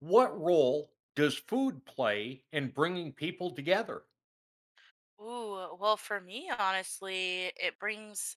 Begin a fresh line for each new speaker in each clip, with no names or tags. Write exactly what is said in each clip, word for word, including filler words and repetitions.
What role does food play in bringing people together?
Ooh, well, for me, honestly, it brings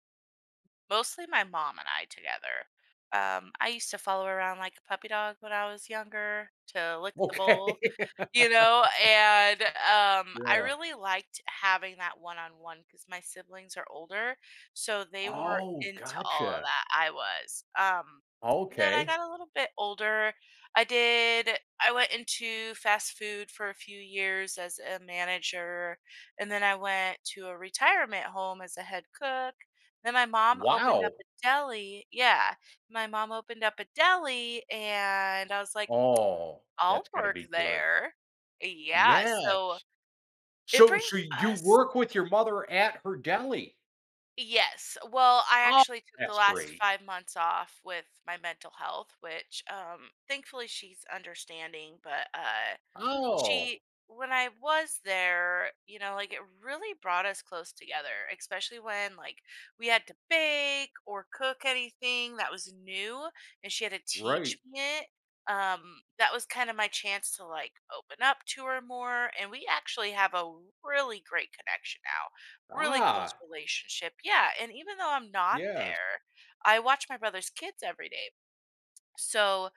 mostly my mom and I together. Um, I used to follow around like a puppy dog when I was younger to lick the
Okay.
bowl. You know, and, um, I
Yeah.
really liked having that one-on-one one because my siblings are older, so they weren't
Oh,
into all of
gotcha.
that, I was, um, and then I
Okay.
got a little bit older, I did I went into fast food for a few years as a manager, and then I went to a retirement home as a head cook, then my mom opened up
Wow.
a deli. Yeah, my mom opened up a deli, and I was like,
Oh, that's
I'll
gotta
work
be good.
there. Yeah,
Yeah.
so it
So
brings
so you
us
work with your mother at her deli?
yes. Well, I
Oh,
actually took the
that's
last
great.
five months off with my mental health, which, um, thankfully she's understanding, but, uh she
Oh,
when I was there, you know, like it really brought us close together, especially when like we had to bake or cook anything that was new and she had to
right.
teach me it. Um, that was kind of my chance to like open up to her more. And we actually have a really great connection now, really close
Ah,
relationship. Yeah. And even though I'm not
yes.
there, I watch my brother's kids every day. So,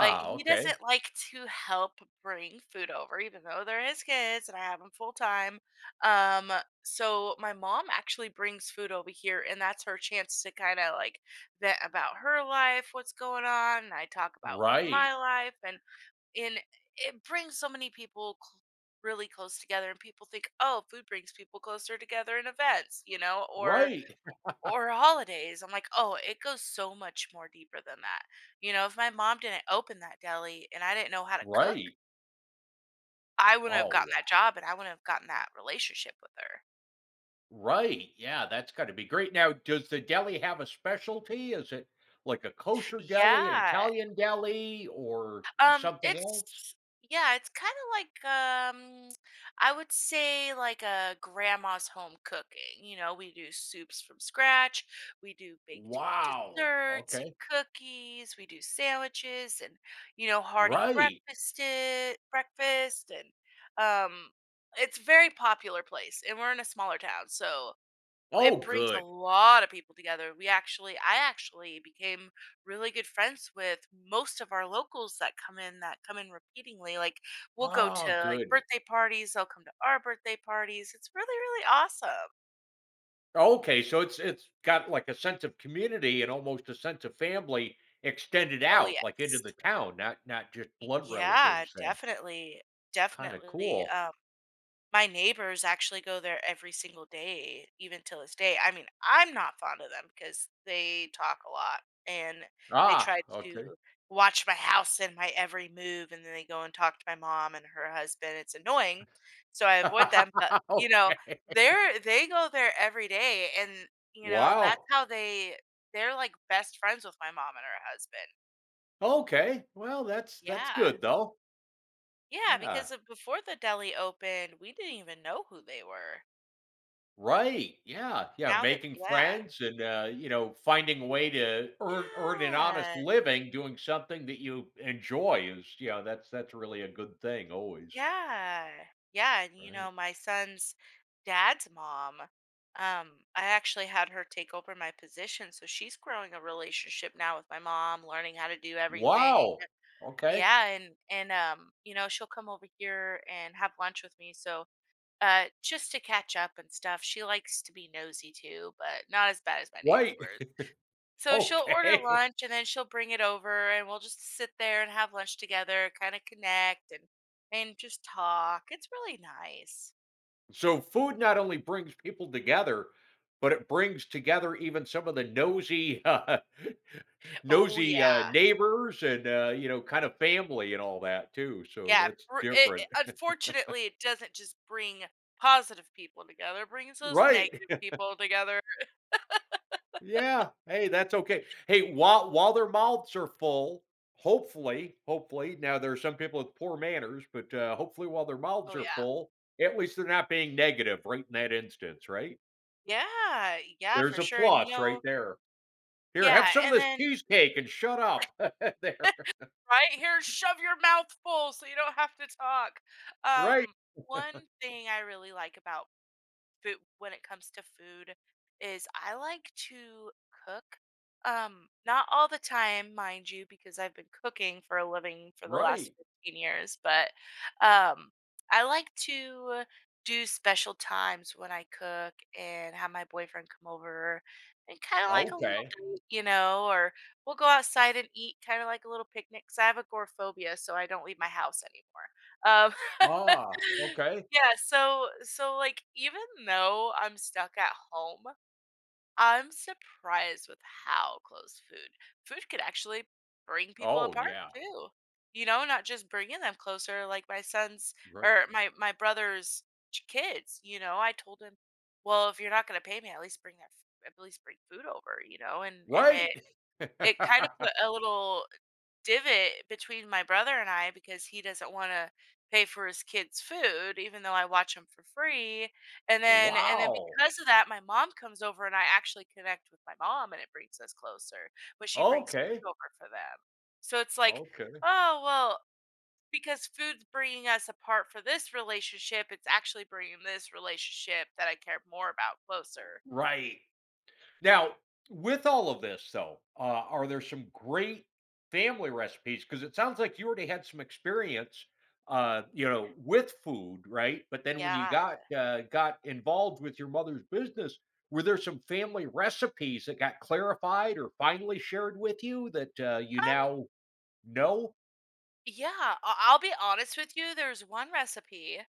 like, he
okay.
doesn't like to help bring food over, even though they're his kids and I have them full time. Um, so my mom actually brings food over here, and that's her chance to kinda, like, vent about her life, what's going on, and I talk about what
Right.
my life and and it brings so many people cl really close together, and people think, "Oh, food brings people closer together in events," you know, or
Right.
or holidays. I'm like, oh, it goes so much more deeper than that. You know, if my mom didn't open that deli and I didn't know how to cook,
Right.
I wouldn't have
Oh,
gotten that job and I wouldn't have gotten that relationship with her.
Right, yeah, that's gotta be great. Now, does the deli have a specialty? Is it like a kosher deli, an
Yeah.
Italian deli, or
Um,
something else?
it's Yeah, it's kind of like, um, I would say, like a grandma's home cooking. You know, we do soups from scratch. We do baked
Wow,
desserts and
okay.
cookies. We do sandwiches and you know hearty
Right.
breakfast i- breakfast and, um, it's a very popular place, and we're in a smaller town, so it
Oh,
brings a
good.
lot of people together. We actually I actually became really good friends with most of our locals that come in that come in repeatingly. Like, we'll go
Oh,
to, like,
good.
birthday parties, they'll come to our birthday parties. It's really, really awesome.
Okay, so it's it's got, like, a sense of community and almost a sense of family extended
Oh,
out, like, into
yes.
the town, not not just blood
Yeah,
relatives then.
definitely,
Kinda
definitely,
cool.
um my neighbors actually go there every single day, even till this day. I mean, I'm not fond of them because they talk a lot and they try
Ah, okay.
to watch my house and my every move. And then they go and talk to my mom and her husband. It's annoying. So I avoid them. But, you know,
Okay.
they're, they go there every day. And, you know, that's
Wow.
how they, they're like best friends with my mom and her husband.
Okay. Well, that's that's
Yeah.
good though.
Yeah.
Yeah.
Because of- before the deli opened, we didn't even know who they were.
Right. Yeah. Yeah.
Now that,
Making
yeah.
friends and uh, you know, finding a way to earn earn an honest
Yeah.
living doing something that you enjoy is, you know, that's that's really a good thing always.
Yeah. Yeah, and, you
Right.
know, my son's dad's mom, um, I actually had her take over my position, so she's growing a relationship now with my mom, learning how to do everything.
Wow. Okay.
Yeah, and and, um, you know, she'll come over here and have lunch with me, so, uh, just to catch up and stuff. She likes to be nosy too, but not as bad as my
Right.
neighbors. So she'll order
Okay.
lunch and then she'll bring it over and we'll just sit there and have lunch together, kind of connect and and just talk. It's really nice.
So food not only brings people together, but it brings together even some of the nosy uh,
Oh
Nosy, uh,
yeah.
neighbors and, uh, you know, kind of family and all that too, so
Yeah,
that's
br- it,
different.
it- unfortunately it doesn't just bring positive people together, it brings those
Right.
negative people together.
Yeah. Hey, that's okay. Hey, while while their mouths are full, hopefully hopefully, now there are some people with poor manners, but, uh, hopefully while their mouths
Oh
are
yeah.
full, at least they're not being negative right in that instance, right?
Yeah, yeah,
There's
for
a
sure. And you
plus right
know,
there. "Here, have
yeah,
some of
and
this
then
cheesecake and shut up." There.
right here shove your mouth full so you don't have to talk.
Right,
Um one thing I really like about food when it comes to food is I like to cook. Um, not all the time, mind you, because I've been cooking for a living for the last
right.
fifteen years, but, um, I like to do special times when I cook and have my boyfriend come over and kind of like a little
Okay.
date, you know, or we'll go outside and eat kind of like a little picnic 'cause I have agoraphobia, so I don't leave my house anymore. Um,
Ah, okay.
Yeah, so so, like, even though I'm stuck at home, I'm surprised with how close food food could actually bring people
Oh,
apart
yeah.
too, you know, not just bringing them closer, like, my son's
Right.
or my my brother's ch kids, you know, I told him, "Well, if you're not gonna pay me, at least bring that f at least bring food over," you know, and and it
Right!
it kind of put a little divot between my brother and I because he doesn't want to pay for his kids' food, even though I watch them for free. And then, and then
Wow.
because of that, my mom comes over and I actually connect with my mom, and it brings us closer. But she brings
Okay.
food over for them, so it's like,
Okay.
oh well, because food's bringing us apart for this relationship, it's actually bringing this relationship that I care more about closer.
Right. Now, with all of this though, uh, are there some great family recipes? Because it sounds like you already had some experience, uh, you know, with food, right? But then when you
Yeah.
got, uh, got involved with your mother's business, were there some family recipes that got clarified or finally shared with you that, uh, you
Um.
now know?
Yeah. I- I'll be honest with you. There's one recipe.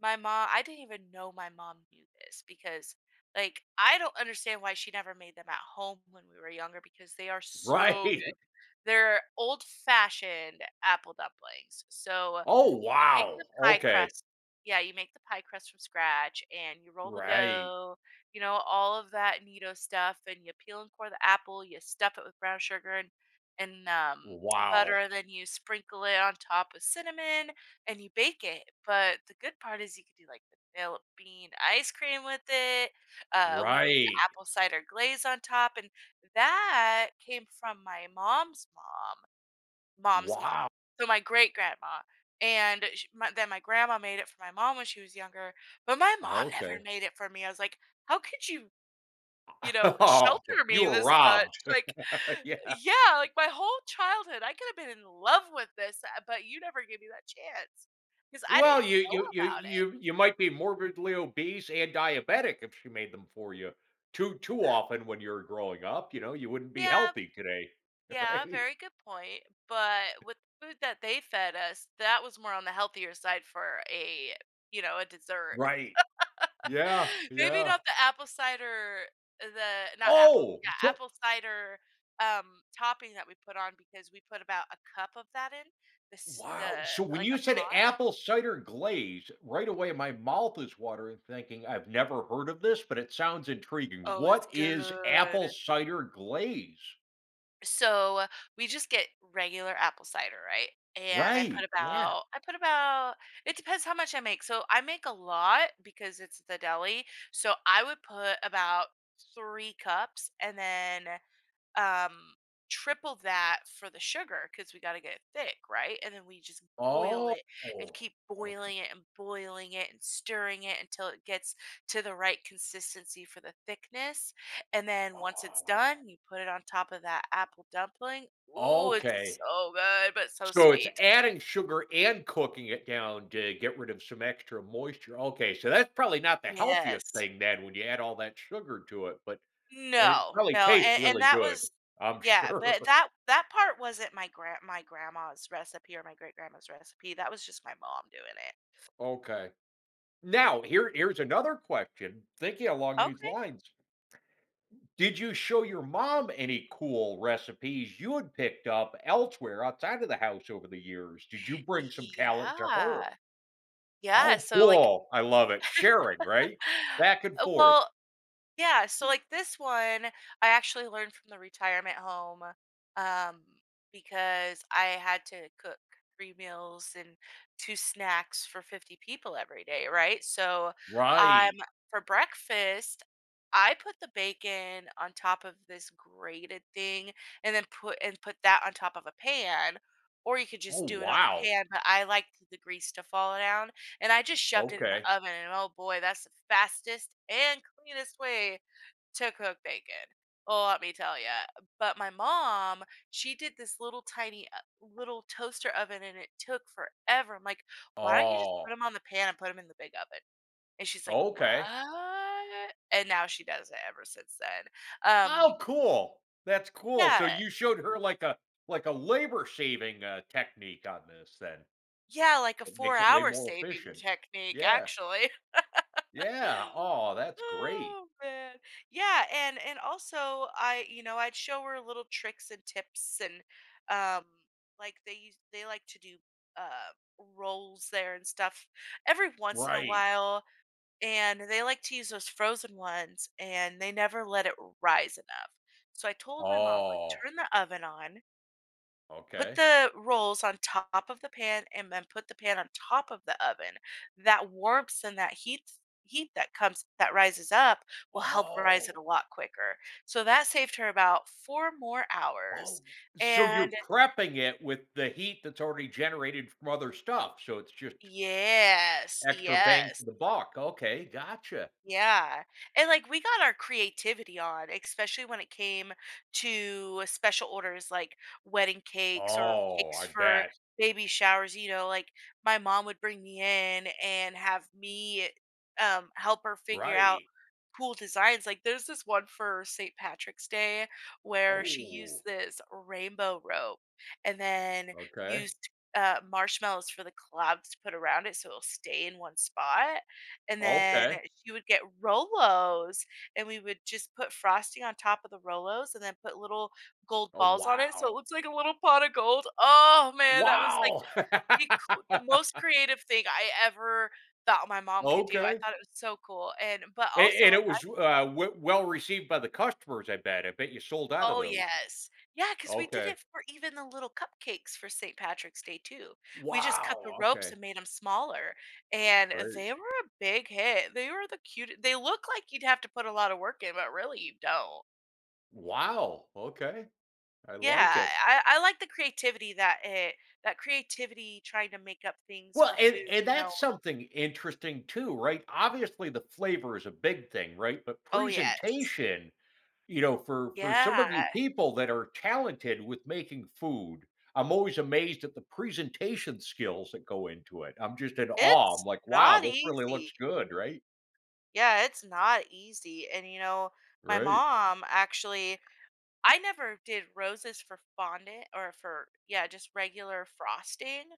My mom I didn't even know my mom knew this because, like, I don't understand why she never made them at home when we were younger because they are so
Right.
they're old-fashioned apple dumplings. So,
Oh,
you make
wow.
the pie
Okay.
crust yeah, you make the pie crust from scratch, and you roll the
Right.
dough, you know, all of that neato stuff, and you peel and core the apple, you stuff it with brown sugar and and, um, butter,
Wow.
and then you sprinkle it on top with cinnamon, and you bake it. But the good part is you could do, like, the vanilla bean ice cream with it. Uh, we make the
Right.
apple cider glaze on top, and that came from my mom's mom mom's mom,
Wow.
so my great grandma, and sh my then my grandma made it for my mom when she was younger, but my mom never
Okay.
made it for me. I was like, "How could you, you know,
Oh,
shelter
you
me
were
this much?"
robbed.
Like,
Yeah.
yeah, like, my whole childhood, I could have been in love with this, uh, but you never gave me that chance because I
Well,
didn't
you
know
you you
about it.
you you might be morbidly obese and diabetic if she made them for you too too often when you were growing up, you know, you wouldn't be
Yeah.
healthy today,
Yeah,
right?
very good point. But with the food that they fed us, that was more on the healthier side for a, you know, a dessert.
Right. Yeah,
Maybe
yeah.
not the apple cider, the not apple,
Oh,
yeah,
so
apple cider um topping that we put on because we put about a cup of that in this the s-
wow. So
the-
when
like
you
a
said
pot.
apple cider glaze, right away my mouth is watering thinking I've never heard of this, but it sounds intriguing.
Oh, it's
What is apple
good.
cider glaze?
So we just get regular apple cider, right? And I put
Right, yeah.
about I put about, it depends how much I make. So I make a lot because it's the deli. So I would put about three cups and then, um triple that for the sugar because we got to get it thick right, and then we just boil
Oh,
it and keep
okay.
boiling it and boiling it and stirring it until it gets to the right consistency for the thickness, and then once it's done you put it on top of that apple dumpling.
Oh,
Ooh, it's
okay.
so good but so
So it's
sweet.
adding sugar and cooking it down to get rid of some extra moisture. Okay, so that's probably not the healthiest
Yes.
thing then when you add all that sugar to it, but and it
no
probably
no
tastes
and, and
really
that
good,
was,
I'm
yeah, but
sure.
that that part wasn't my grand my grandma's recipe or my great grandma's recipe, that was just my mom doing it.
Okay. Now, here here's another question, thinking along these
Okay.
lines. Did you show your mom any cool recipes you had picked up elsewhere outside of the house over the years? Did you bring some talent to her?
Yeah. Yeah,
Oh,
so, like,
cool. I love it. Sharing, right? Back and
uh,
forth.
well, yeah, so, like, this one, I actually learned from the retirement home, um, because I had to cook three meals and two snacks for fifty people every day, right? So, um,
Right.
for breakfast, I put the bacon on top of this grated thing and then put and put that on top of a pan, or you could just
Oh,
do it on the
wow.
pan, but I liked the grease to fall down, and I just shoved it in the
Okay.
oven, and oh boy, that's the fastest and cleanest way to cook bacon. Oh, let me tell you. But my mom, she did this little tiny uh, little toaster oven, and it took forever. I'm like, why don't you just put
Oh,
them on the pan and put them in the big oven? And she's like, what?
okay.
And now she does it ever since then. Um,
Oh, cool. That's cool. So
yeah,
you showed her like a like a labor saving uh, technique on this then.
yeah, like a
It
four
makes it way
hour
more
saving
efficient.
technique,
Yeah.
actually.
Yeah. Oh, that's great.
Oh man. Yeah, and and also I, you know, I'd show her little tricks and tips and um like they use they like to do uh rolls there and stuff every once in a
Right.
while, and they like to use those frozen ones and they never let it rise enough. So I told my mom, like,
Oh,
turn the oven on. Put
okay.
the rolls on top of the pan and then put the pan on top of the oven. That warmth and that heat heat that comes that rises up will help rise it
Oh,
a lot quicker. So that saved her about four more
oh.
hours.
So you're
And
prepping it with the heat that's already generated from other stuff, so it's just
yes,
extra bang for
yes.
the buck. Okay, gotcha.
Yeah. And like we got our creativity on, especially when it came to uh, special orders like wedding cakes or
Oh, I
cakes for
bet.
baby showers, you know, like my mom would bring me in and have me um help her figure out
Right.
cool designs. Like there's this one for Saint Patrick's Day where she used
Oh,
this rainbow rope, and then
okay.
used uh, marshmallows for the clouds to put around it so it'll stay in one spot. And then
Okay.
she would get Rolos, and we would just put frosting on top of the Rolos and then put little gold
Oh,
balls on it so it
wow.
looks like a little pot of gold. Oh man, that was like
Wow.
the, coo- the most creative thing I ever thought my mom could do. I
okay.
thought it was so cool. And but
And,
also,
and it was uh, w- well received by the customers, I bet. I bet you sold out of
oh,
those.
yes, yeah. Cause we did
Okay.
it for even the little cupcakes for Saint Patrick's Day too. We just cut the
Wow.
ropes
Okay.
and made them smaller, and
Right.
they were a big hit. They were the cute, they look like you'd have to put a lot of work in, but really you don't.
Wow. Okay. I like
Yeah,
it.
I I like the creativity that it that creativity trying to make up things
Well,
for
and
food,
and
you
that's
know.
something interesting too, right? Obviously, the flavor is a big thing, right? But
Oh, yes.
presentation, you know, for for some
Yeah,
of you people that are talented with making food, I'm always amazed at the presentation skills that go into it. I'm just in awe. I'm
it's
like, wow,
not
this really looks
easy.
good, right?
Yeah, it's not easy, and, you know, my
Right.
mom actually, I never did roses for fondant or for, yeah, just regular frosting,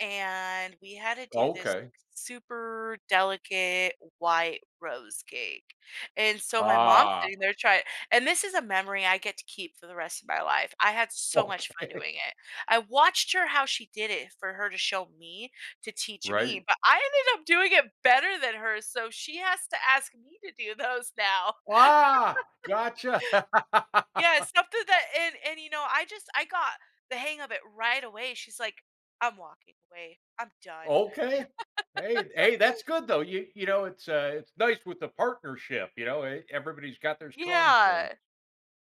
and we had to do this
Okay.
super delicate white rose cake. And so my mom's
Ah,
sitting there trying, and this is a memory I get to keep for the rest of my life. I had so much
okay.
fun doing it. I watched her how she did it for her to show me, to teach
Right.
me, but I ended up doing it better than her, so she has to ask me to do those now.
Ah, gotcha.
Yeah, something that, and and, you know, I just I got the hang of it right away. She's like, "I'm walking away. I'm done."
Okay. Hey hey, that's good though. You you know, it's, uh, it's nice with the partnership, you know, e everybody's got their strong point.
Yeah.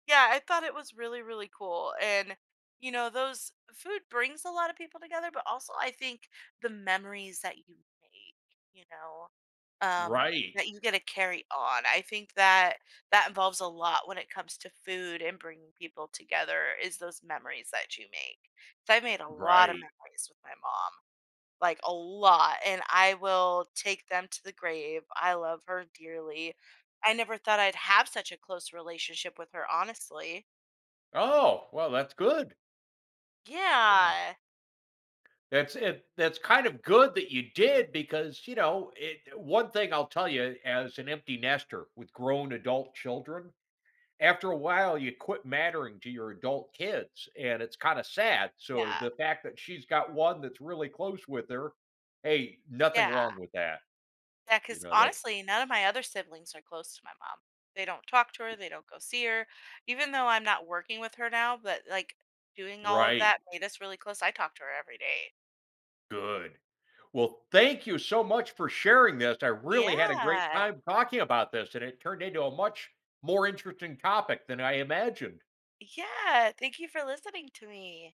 Yeah, I thought it was really, really cool, and, you know, those food brings a lot of people together, but also I think the memories that you make, you know, um,
Right.
that you get to carry on. I think that that involves a lot when it comes to food and bringing people together is those memories that you make. So I made a lot of
Right.
memories with my mom. Like a lot, and I will take them to the grave. I love her dearly. I never thought I'd have such a close relationship with her, honestly.
Oh, well, that's good. Yeah.
Yeah.
That's it that's kind of good that you did because, you know, it one thing I'll tell you as an empty nester with grown adult children, after a while, you quit mattering to your adult kids, and it's kinda sad. So,
Yeah.
the fact that she's got one that's really close with her, hey, nothing
Yeah.
wrong with that.
Yeah.
You
Because
know, that's
honestly, none of my other siblings are close to my mom. They don't talk to her, they don't go see her. Even though I'm not working with her now, but like doing all of
right,
that made us really close. I talk to her every day.
good. Well, thank you so much for sharing this. I really had a great
Yeah.
time talking about this, and it turned into a much more interesting topic than I imagined.
Yeah. Thank you for listening to me.